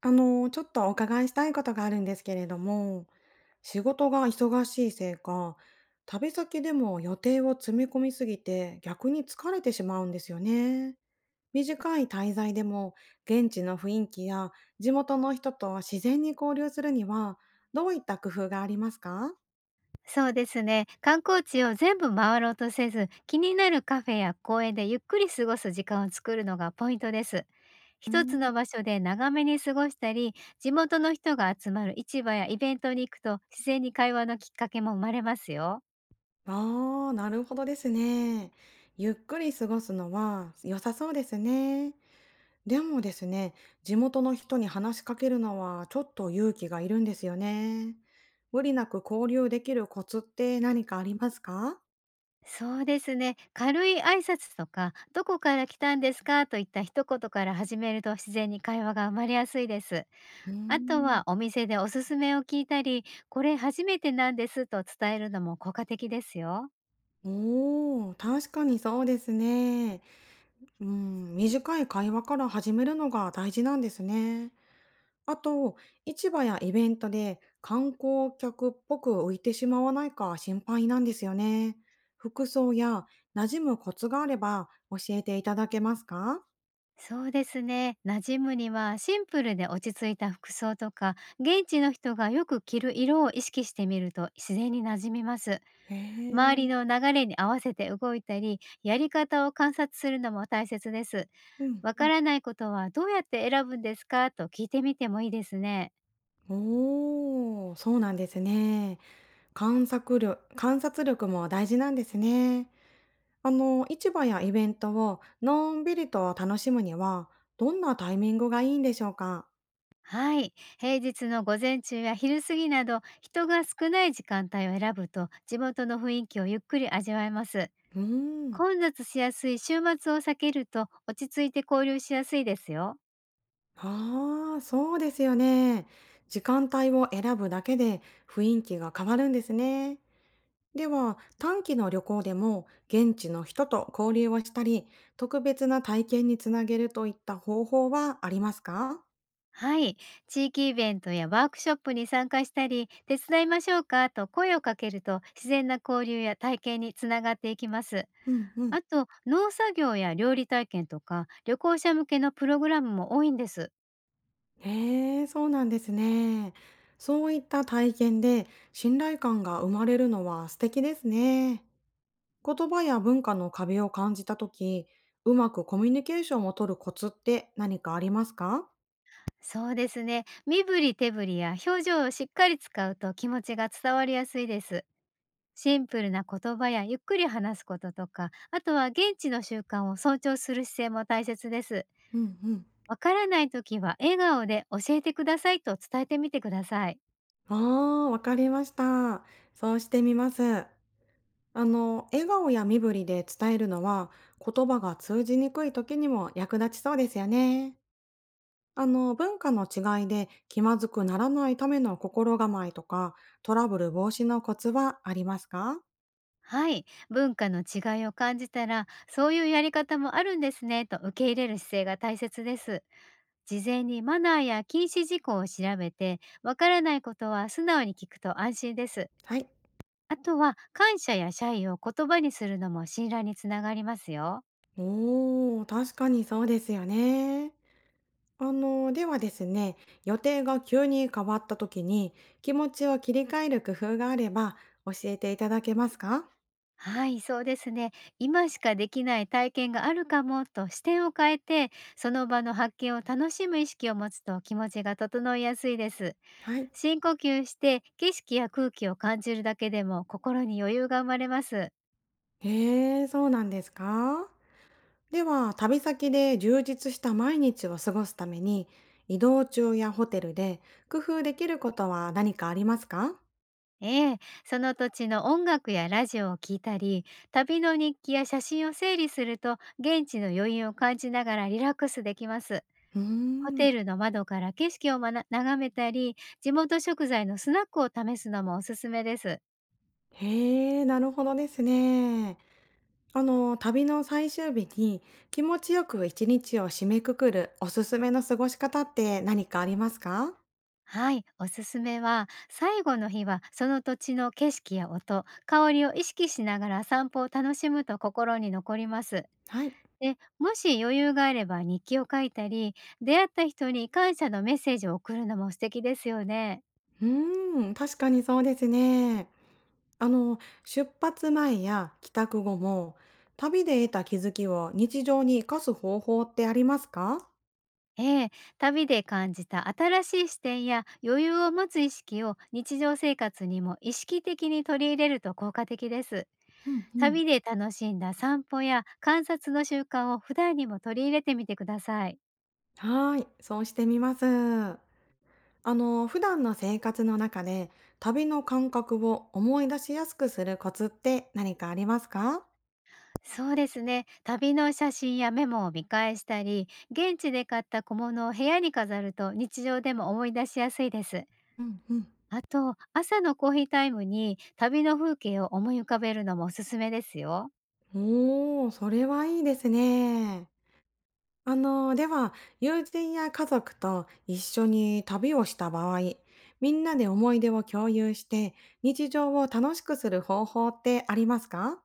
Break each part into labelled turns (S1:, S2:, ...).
S1: ちょっとお伺いしたいことがあるんですけれども、仕事が忙しいせいか、旅先でも予定を詰め込みすぎて逆に疲れてしまうんですよね。短い滞在でも現地の雰囲気や地元の人と自然に交流するにはどういった工夫がありますか？
S2: そうですね。観光地を全部回ろうとせず、気になるカフェや公園でゆっくり過ごす時間を作るのがポイントです。
S1: う
S2: 一つ
S1: ん、
S2: の場所で長めに過ごしたり、地元の人が集まる市場やイベントに行くと、自然に会話のきっかけも生まれますよ。
S1: ああー、なるほどですね。ゆっくり過ごすのは良さそうですね。でもですね、地元の人に話しかけるのはちょっと勇気がいるんですよね。無理なく交流できるコツって何かありますか？
S2: そうですね。軽い挨拶とか、どこから来たんですかといった一言から始めると、自然に会話が生まれやすいです。
S1: うー
S2: あとは、
S1: ん。
S2: お店でおすすめを聞いたり、これ初めてなんですと伝えるのも効果的ですよ。
S1: おー、確かにそうですね。うん、短い会話から始めるのが大事なんですね。あと、市場やイベントで観光客っぽく浮いてしまわないか心配なんですよね。服装や馴染むコツがあれば教えていただけますか？
S2: そうですね。馴染むには、シンプルで落ち着いた服装とか、現地の人がよく着る色を意識してみると、自然に馴染みます。
S1: へ
S2: 周り
S1: え。
S2: の流れに合わせて動いたり、やり方を観察するのも大切です。
S1: うん。
S2: わからないことは、どうやって選ぶんですかと聞いてみてもいいですね。
S1: おお、そうなんですね。観察力も大事なんですね。市場やイベントをのんびりと楽しむには、どんなタイミングがいいんでしょうか？
S2: はい。平日の午前中や昼過ぎなど、人が少ない時間帯を選ぶと、地元の雰囲気をゆっくり味わえます。
S1: うーん。
S2: 混雑しやすい週末を避けると、落ち着いて交流しやすいですよ。
S1: ああ、そうですよね。時間帯を選ぶだけで雰囲気が変わるんですね。では、短期の旅行でも現地の人と交流をしたり、特別な体験につなげるといった方法はありますか？
S2: はい。地域イベントやワークショップに参加したり、手伝いましょうかと声をかけると、自然な交流や体験につながっていきます。
S1: うんうん。
S2: あと、農作業や料理体験とか、旅行者向けのプログラムも多いんです。
S1: へえ、そうなんですね。そういった体験で信頼感が生まれるのは素敵ですね。言葉や文化の壁を感じたとき、うまくコミュニケーションを取るコツって何かありますか？
S2: そうですね。身振り手振りや表情をしっかり使うと、気持ちが伝わりやすいです。シンプルな言葉やゆっくり話すこととか、あとは現地の習慣を尊重する姿勢も大切です。
S1: うんうん。
S2: わからないときは、笑顔で教えてくださいと伝えてみてください。
S1: ああ、わかりました。そうしてみます。笑顔や身振りで伝えるのは言葉が通じにくい時にも役立ちそうですよね。文化の違いで気まずくならないための心構えとか、トラブル防止のコツはありますか？
S2: はい。文化の違いを感じたら、そういうやり方もあるんですねと受け入れる姿勢が大切です。事前にマナーや禁止事項を調べて、わからないことは素直に聞くと安心です。
S1: はい。
S2: あとは、感謝や謝意を言葉にするのも信頼につながりますよ。
S1: おー、確かにそうですよね。ではですね、予定が急に変わった時に気持ちを切り替える工夫があれば教えていただけますか？
S2: はい、そうですね。今しかできない体験があるかもと視点を変えて、その場の発見を楽しむ意識を持つと、気持ちが整いやすいです。
S1: はい。
S2: 深呼吸して景色や空気を感じるだけでも、心に余裕が生まれます。
S1: へえ、そうなんですか？では、旅先で充実した毎日を過ごすために、移動中やホテルで工夫できることは何かありますか？
S2: ええ、その土地の音楽やラジオを聴いたり、旅の日記や写真を整理すると、現地の余韻を感じながらリラックスできます。
S1: うー
S2: ホ
S1: ん。
S2: テルの窓から景色をまな眺めたり、地元食材のスナックを試すのもおすすめです。
S1: へえ、なるほどですね。旅の最終日に気持ちよく一日を締めくくるおすすめの過ごし方って何かありますか？
S2: はい、おすすめは、最後の日はその土地の景色や音、香りを意識しながら散歩を楽しむと心に残ります。
S1: はい。
S2: で、もし余裕があれば日記を書いたり、出会った人に感謝のメッセージを送るのも素敵ですよね。
S1: うーん、確かにそうですね。あの、出発前や帰宅後も、旅で得た気づきを日常に生かす方法ってありますか？
S2: ええ、旅で感じた新しい視点や余裕を持つ意識を日常生活にも意識的に取り入れると、効果的です。
S1: うんうん。
S2: 旅で楽しんだ散歩や観察の習慣を普段にも取り入れてみてください。
S1: はーい、そうしてみます。普段の生活の中で、旅の感覚を思い出しやすくするコツって何かありますか？
S2: そうですね。旅の写真やメモを見返したり、現地で買った小物を部屋に飾ると、日常でも思い出しやすいです。
S1: うんうん。
S2: あと、朝のコーヒータイムに旅の風景を思い浮かべるのもおすすめですよ。
S1: おー、それはいいですね。では、友人や家族と一緒に旅をした場合、みんなで思い出を共有して、日常を楽しくする方法ってありますか？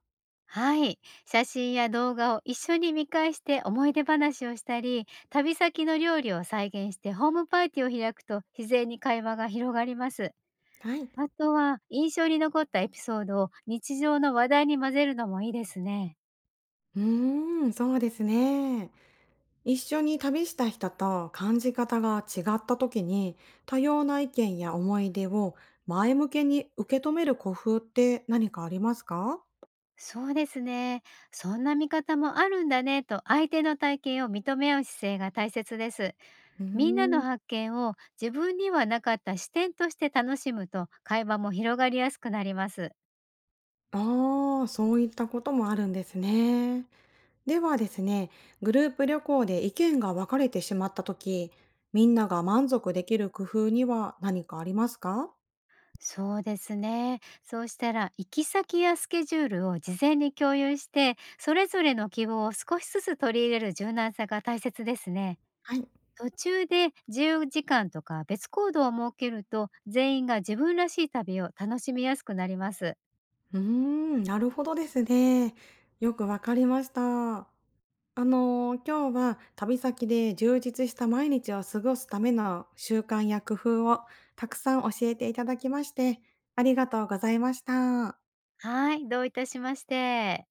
S2: はい。写真や動画を一緒に見返して思い出話をしたり、旅先の料理を再現してホームパーティーを開くと、自然に会話が広がります。
S1: はい。
S2: あとは、印象に残ったエピソードを日常の話題に混ぜるのもいいですね。
S1: うーん、そうですね。一緒に旅した人と感じ方が違った時に多様な意見や思い出を前向けに受け止める工夫って何かありますか？
S2: そうですね。そんな見方もあるんだねと相手の体験を認め合う姿勢が大切です。
S1: うー
S2: みんなの
S1: ん。
S2: 発見を自分にはなかった視点として楽しむと、会話も広がりやすくなります。
S1: ああ、そういったこともあるんですね。ではですね、グループ旅行で意見が分かれてしまった時、みんなが満足できる工夫には何かありますか？
S2: そうですね。そうしたら、行き先やスケジュールを事前に共有して、それぞれの希望を少しずつ取り入れる柔軟さが大切ですね。
S1: はい。
S2: 途中で自由時間とか別行動を設けると、全員が自分らしい旅を楽しみやすくなります。
S1: うーん、なるほどですね。よくわかりました。今日は旅先で充実した毎日を過ごすための習慣や工夫をたくさん教えていただきまして、ありがとうございました。
S2: はい、どういたしまして。